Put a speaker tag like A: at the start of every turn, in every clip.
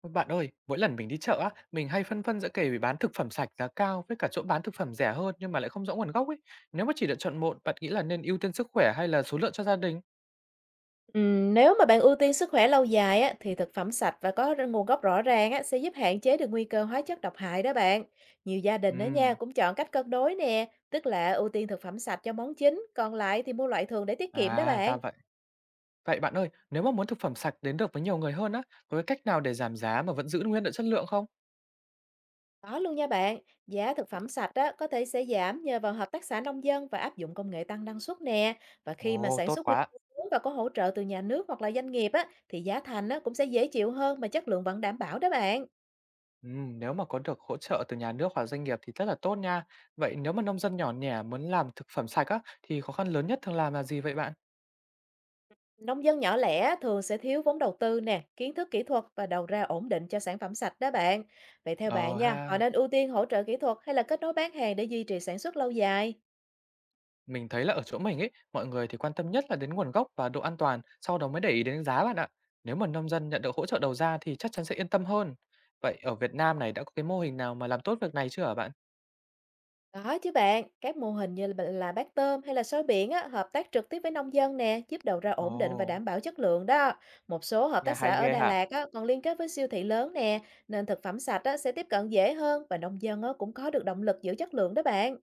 A: Ôi, bạn ơi, mỗi lần mình đi chợ á, mình hay phân vân giữa kể bán thực phẩm sạch giá cao với cả chỗ bán thực phẩm rẻ hơn nhưng mà lại không rõ nguồn gốc ấy. Nếu mà chỉ được chọn một, bạn nghĩ là nên ưu tiên sức khỏe hay là số lượng cho gia đình?
B: Nếu mà bạn ưu tiên sức khỏe lâu dài á, thì thực phẩm sạch và nguồn gốc rõ ràng á, sẽ giúp hạn chế được nguy cơ hóa chất độc hại đó bạn. Nhiều gia đình đó nha
A: Ừm,
B: cũng chọn cách cân đối nè, tức là ưu tiên thực phẩm sạch cho món chính, còn lại thì mua loại thường để tiết kiệm đó
A: à ra
B: bạn.
A: vậy. Vậy bạn ơi, nếu mà muốn thực phẩm sạch đến được với nhiều người hơn á, có cái cách nào để giảm giá mà vẫn giữ nguyên được chất lượng không?
B: Có luôn nha bạn, giá thực phẩm sạch á, có thể sẽ giảm nhờ vào hợp tác xã nông dân và áp dụng công nghệ tăng năng suất nè. Và khi mà
A: Ồ,
B: sản
A: tốt
B: xuất quy
A: quá.
B: mô lớn và có hỗ trợ từ nhà nước hoặc là doanh nghiệp á, thì giá thành á, cũng sẽ dễ chịu hơn mà chất lượng vẫn đảm bảo đó bạn.
A: Nếu mà có được hỗ trợ từ nhà nước hoặc doanh nghiệp thì rất là tốt nha. Vậy nếu mà nông dân nhỏ nhẻ muốn làm thực phẩm sạch á, thì khó khăn lớn nhất thường làm là gì vậy bạn?
B: Nông dân nhỏ lẻ thường sẽ thiếu vốn đầu tư nè, kiến thức kỹ thuật và đầu ra ổn định cho sản phẩm sạch đó bạn. Vậy theo bạn
A: Ờ
B: nha, họ
A: ha.
B: nên ưu tiên hỗ trợ kỹ thuật hay là kết nối bán hàng để duy trì sản xuất lâu dài?
A: Mình thấy là ở chỗ mình ấy, mọi người thì quan tâm nhất là đến nguồn gốc và độ an toàn, sau đó mới để ý đến giá bạn ạ. Nếu mà nông dân nhận được hỗ trợ đầu ra thì chắc chắn sẽ yên tâm hơn. Vậy ở Việt Nam này đã có cái mô hình nào mà làm tốt việc này chưa hả bạn?
B: Có chứ bạn, các mô hình như là bát tôm hay là sói biển á, hợp tác trực tiếp với nông dân nè, giúp đầu ra ổn định và
A: Ồ,
B: đảm bảo chất lượng đó. Một số hợp
A: nghe
B: tác xã
A: hay
B: ở
A: ghê
B: Đà
A: hả?
B: Lạt á, còn liên kết với siêu thị lớn nè, nên thực phẩm sạch á, sẽ tiếp cận dễ hơn và nông dân á, cũng có được động lực giữ chất lượng đó bạn.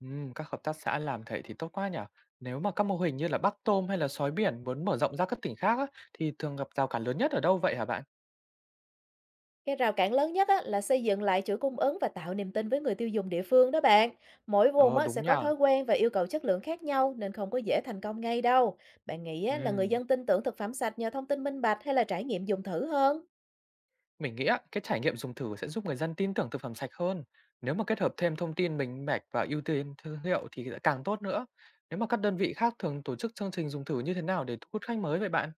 A: Các hợp tác xã làm thế thì tốt quá nhỉ. Nếu mà các mô hình như là Bắc Tôm hay là sói biển muốn mở rộng ra các tỉnh khác á, thì thường gặp rào cản lớn nhất ở đâu vậy hả bạn?
B: Cái rào cản lớn nhất á, là xây dựng lại chuỗi cung ứng và tạo niềm tin với người tiêu dùng địa phương đó bạn. Mỗi vùng
A: Ờ,
B: á, sẽ
A: đúng nhỉ.
B: có thói quen và yêu cầu chất lượng khác nhau nên không có dễ thành công ngay đâu. Bạn nghĩ á, là người dân tin tưởng thực phẩm sạch nhờ thông tin minh bạch hay là trải nghiệm dùng thử hơn?
A: Mình nghĩ á, cái trải nghiệm dùng thử sẽ giúp người dân tin tưởng thực phẩm sạch hơn. Nếu mà kết hợp thêm thông tin minh bạch và ưu tiên thương hiệu thì sẽ càng tốt nữa. Nếu mà các đơn vị khác thường tổ chức chương trình dùng thử như thế nào để thu hút khách mới vậy bạn?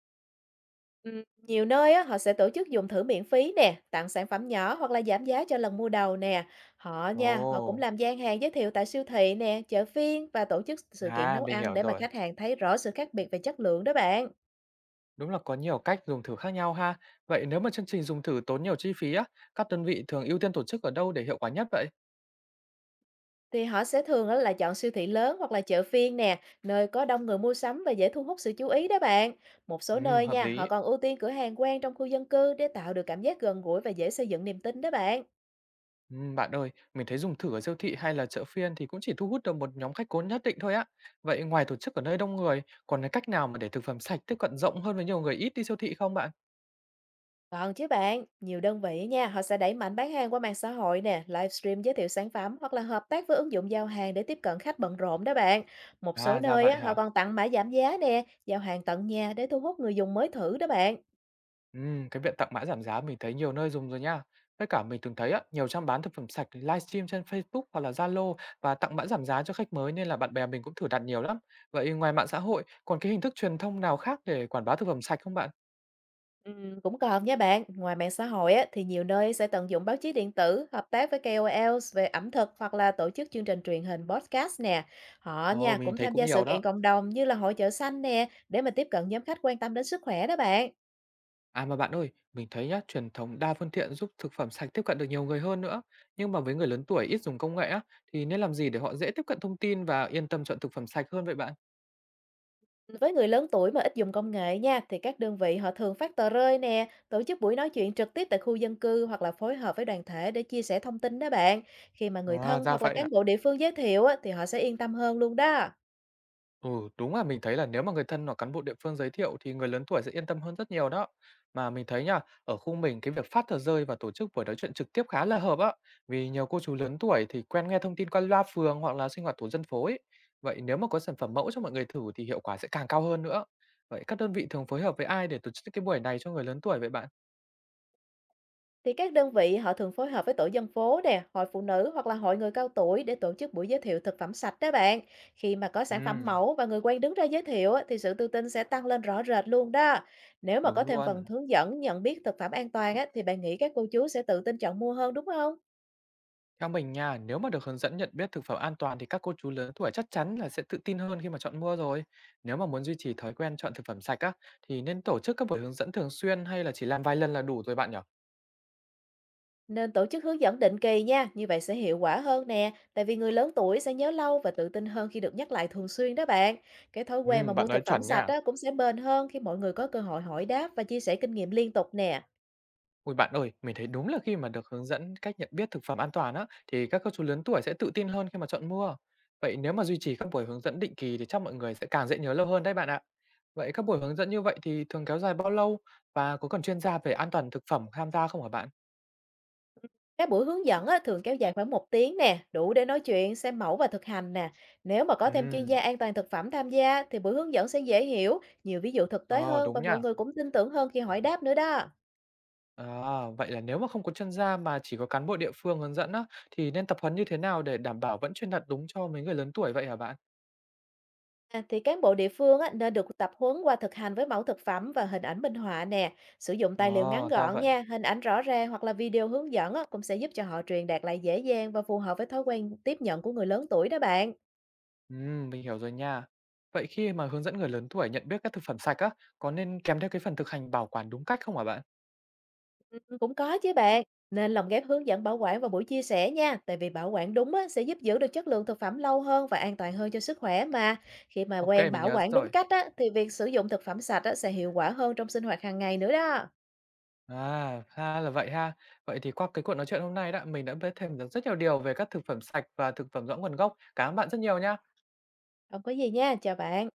B: Ừ, nhiều nơi á, họ sẽ tổ chức dùng thử miễn phí nè, tặng sản phẩm nhỏ hoặc là giảm giá cho lần mua đầu nè. Họ nha, họ cũng
A: Ồ,
B: làm gian hàng giới thiệu tại siêu thị nè, chợ phiên và tổ chức sự kiện
A: à
B: nấu
A: mình
B: ăn
A: hiểu
B: để mà
A: rồi.
B: khách hàng thấy rõ sự khác biệt về chất lượng đó bạn.
A: Đúng là có nhiều cách dùng thử khác nhau ha. Vậy nếu mà chương trình dùng thử tốn nhiều chi phí á, các đơn vị thường ưu tiên tổ chức ở đâu để hiệu quả nhất vậy?
B: Thì họ sẽ thường á là chọn siêu thị lớn hoặc là chợ phiên nè, nơi có đông người mua sắm và dễ thu hút sự chú ý đó bạn. Một số
A: Ừ,
B: nơi
A: hợp
B: nha, họ
A: lý.
B: còn ưu tiên cửa hàng quen trong khu dân cư để tạo được cảm giác gần gũi và dễ xây dựng niềm tin đó bạn.
A: Bạn ơi, mình thấy dùng thử ở siêu thị hay là chợ phiên thì cũng chỉ thu hút được một nhóm khách cố nhất định thôi á. Vậy ngoài tổ chức ở nơi đông người, còn cái cách nào mà để thực phẩm sạch tiếp cận rộng hơn với nhiều người ít đi siêu thị không bạn?
B: Còn chứ bạn, nhiều đơn vị nha, họ sẽ đẩy mạnh bán hàng qua mạng xã hội nè, livestream giới thiệu sản phẩm hoặc là hợp tác với ứng dụng giao hàng để tiếp cận khách bận rộn đó bạn. Một số
A: À, ra
B: nơi
A: vậy
B: á, họ
A: hả?
B: còn tặng mã giảm giá nè, giao hàng tận nhà để thu hút người dùng mới thử đó bạn.
A: Cái việc tặng mã giảm giá mình thấy nhiều nơi dùng rồi nha. Với cả mình từng thấy á, nhiều trang bán thực phẩm sạch livestream trên Facebook hoặc là Zalo và tặng mã giảm giá cho khách mới nên là bạn bè mình cũng thử đặt nhiều lắm. Vậy ngoài mạng xã hội, còn cái hình thức truyền thông nào khác để quảng bá thực phẩm sạch không bạn?
B: Cũng còn nha bạn, ngoài mạng xã hội á, thì nhiều nơi sẽ tận dụng báo chí điện tử, hợp tác với KOL về ẩm thực hoặc là tổ chức chương trình truyền hình podcast nè. Họ nha
A: Ồ, mình
B: cũng
A: thấy
B: tham
A: cũng
B: gia sự
A: nhiều
B: kiện
A: đó.
B: cộng đồng như là hội chợ xanh nè để mà tiếp cận nhóm khách quan tâm đến sức khỏe đó bạn.
A: À mà bạn ơi, mình thấy nhá, truyền thống đa phương tiện giúp thực phẩm sạch tiếp cận được nhiều người hơn nữa. Nhưng mà với người lớn tuổi ít dùng công nghệ á, thì nên làm gì để họ dễ tiếp cận thông tin và yên tâm chọn thực phẩm sạch hơn vậy bạn?
B: Với người lớn tuổi mà ít dùng công nghệ nha thì các đơn vị họ thường phát tờ rơi nè, tổ chức buổi nói chuyện trực tiếp tại khu dân cư hoặc là phối hợp với đoàn thể để chia sẻ thông tin đó bạn. Khi mà người
A: À
B: thân
A: ra
B: hoặc là
A: vậy à?
B: cán bộ địa phương giới thiệu á, thì họ sẽ yên tâm hơn luôn đó.
A: Ừ, đúng là mình thấy là nếu mà người thân hoặc cán bộ địa phương giới thiệu thì người lớn tuổi sẽ yên tâm hơn rất nhiều đó. Mà mình thấy nha, ở khu mình cái việc phát tờ rơi và tổ chức buổi nói chuyện trực tiếp khá là hợp á. Vì nhiều cô chú lớn tuổi thì quen nghe thông tin qua loa phường hoặc là sinh hoạt tổ dân phố ấy. Vậy nếu mà có sản phẩm mẫu cho mọi người thử thì hiệu quả sẽ càng cao hơn nữa. Vậy các đơn vị thường phối hợp với ai để tổ chức cái buổi này cho người lớn tuổi vậy bạn?
B: Thì các đơn vị họ thường phối hợp với tổ dân phố nè, hội phụ nữ hoặc là hội người cao tuổi để tổ chức buổi giới thiệu thực phẩm sạch đó bạn. Khi mà có sản phẩm
A: Ừ,
B: mẫu và người quen đứng ra giới thiệu á, thì sự tự tin sẽ tăng lên rõ rệt luôn đó. Nếu mà
A: đúng
B: có thêm phần
A: luôn.
B: hướng dẫn nhận biết thực phẩm an toàn á, thì bạn nghĩ các cô chú sẽ tự tin chọn mua hơn đúng không?
A: Theo mình nha, nếu mà được hướng dẫn nhận biết thực phẩm an toàn thì các cô chú lớn tuổi chắc chắn là sẽ tự tin hơn khi mà chọn mua rồi. Nếu mà muốn duy trì thói quen chọn thực phẩm sạch á, thì nên tổ chức các buổi hướng dẫn thường xuyên hay là chỉ làm vài lần là đủ rồi bạn nhỉ?
B: Nên tổ chức hướng dẫn định kỳ nha, như vậy sẽ hiệu quả hơn nè, tại vì người lớn tuổi sẽ nhớ lâu và tự tin hơn khi được nhắc lại thường xuyên đó bạn. Cái thói
A: Ừ,
B: quen mà mua
A: bạn
B: thực
A: nói
B: phẩm
A: chuẩn
B: sạch
A: nha.
B: á, cũng sẽ bền hơn khi mọi người có cơ hội hỏi đáp và chia sẻ kinh nghiệm liên tục nè.
A: Ui bạn ơi, mình thấy đúng là khi mà được hướng dẫn cách nhận biết thực phẩm an toàn á, thì các cô chú lớn tuổi sẽ tự tin hơn khi mà chọn mua. Vậy nếu mà duy trì các buổi hướng dẫn định kỳ thì chắc mọi người sẽ càng dễ nhớ lâu hơn đấy bạn ạ. Vậy các buổi hướng dẫn như vậy thì thường kéo dài bao lâu và có cần chuyên gia về an toàn thực phẩm tham gia không hả bạn?
B: Các buổi hướng dẫn á, thường kéo dài khoảng một tiếng nè, đủ để nói chuyện, xem mẫu và thực hành nè. Nếu mà có
A: Ừ.
B: thêm chuyên gia an toàn thực phẩm tham gia thì buổi hướng dẫn sẽ dễ hiểu, nhiều ví dụ thực tế
A: Ờ,
B: hơn và
A: đúng
B: mọi
A: nha.
B: người cũng tin tưởng hơn khi hỏi đáp nữa đó.
A: À, vậy là nếu mà không có chuyên gia mà chỉ có cán bộ địa phương hướng dẫn á, thì nên tập huấn như thế nào để đảm bảo vẫn truyền đạt đúng cho mấy người lớn tuổi vậy hả bạn?
B: À, thì cán bộ địa phương á, nên được tập huấn qua thực hành với mẫu thực phẩm và hình ảnh minh họa nè. Sử dụng tài liệu ngắn
A: Ồ, ra
B: gọn
A: vậy.
B: nha, hình ảnh rõ ràng hoặc là video hướng dẫn á, cũng sẽ giúp cho họ truyền đạt lại dễ dàng và phù hợp với thói quen tiếp nhận của người lớn tuổi đó bạn.
A: Mình hiểu rồi nha. Vậy khi mà hướng dẫn người lớn tuổi nhận biết các thực phẩm sạch á, có nên kèm theo cái phần thực hành bảo quản đúng cách không hả bạn?
B: Cũng có chứ bạn, nên lồng ghép hướng dẫn bảo quản vào buổi chia sẻ nha, tại vì bảo quản đúng á, sẽ giúp giữ được chất lượng thực phẩm lâu hơn và an toàn hơn cho sức khỏe mà. Khi mà
A: Ok,
B: quen
A: mình
B: bảo
A: nhớ
B: quản đúng
A: rồi.
B: cách á, thì việc sử dụng thực phẩm sạch á, sẽ hiệu quả hơn trong sinh hoạt hàng ngày nữa đó.
A: À, ha là vậy ha. Vậy thì qua cái cuộc nói chuyện hôm nay đó, mình đã biết thêm được rất nhiều điều về các thực phẩm sạch và thực phẩm rõ nguồn gốc. Cảm ơn bạn rất nhiều nha.
B: Không có gì nha, chào bạn.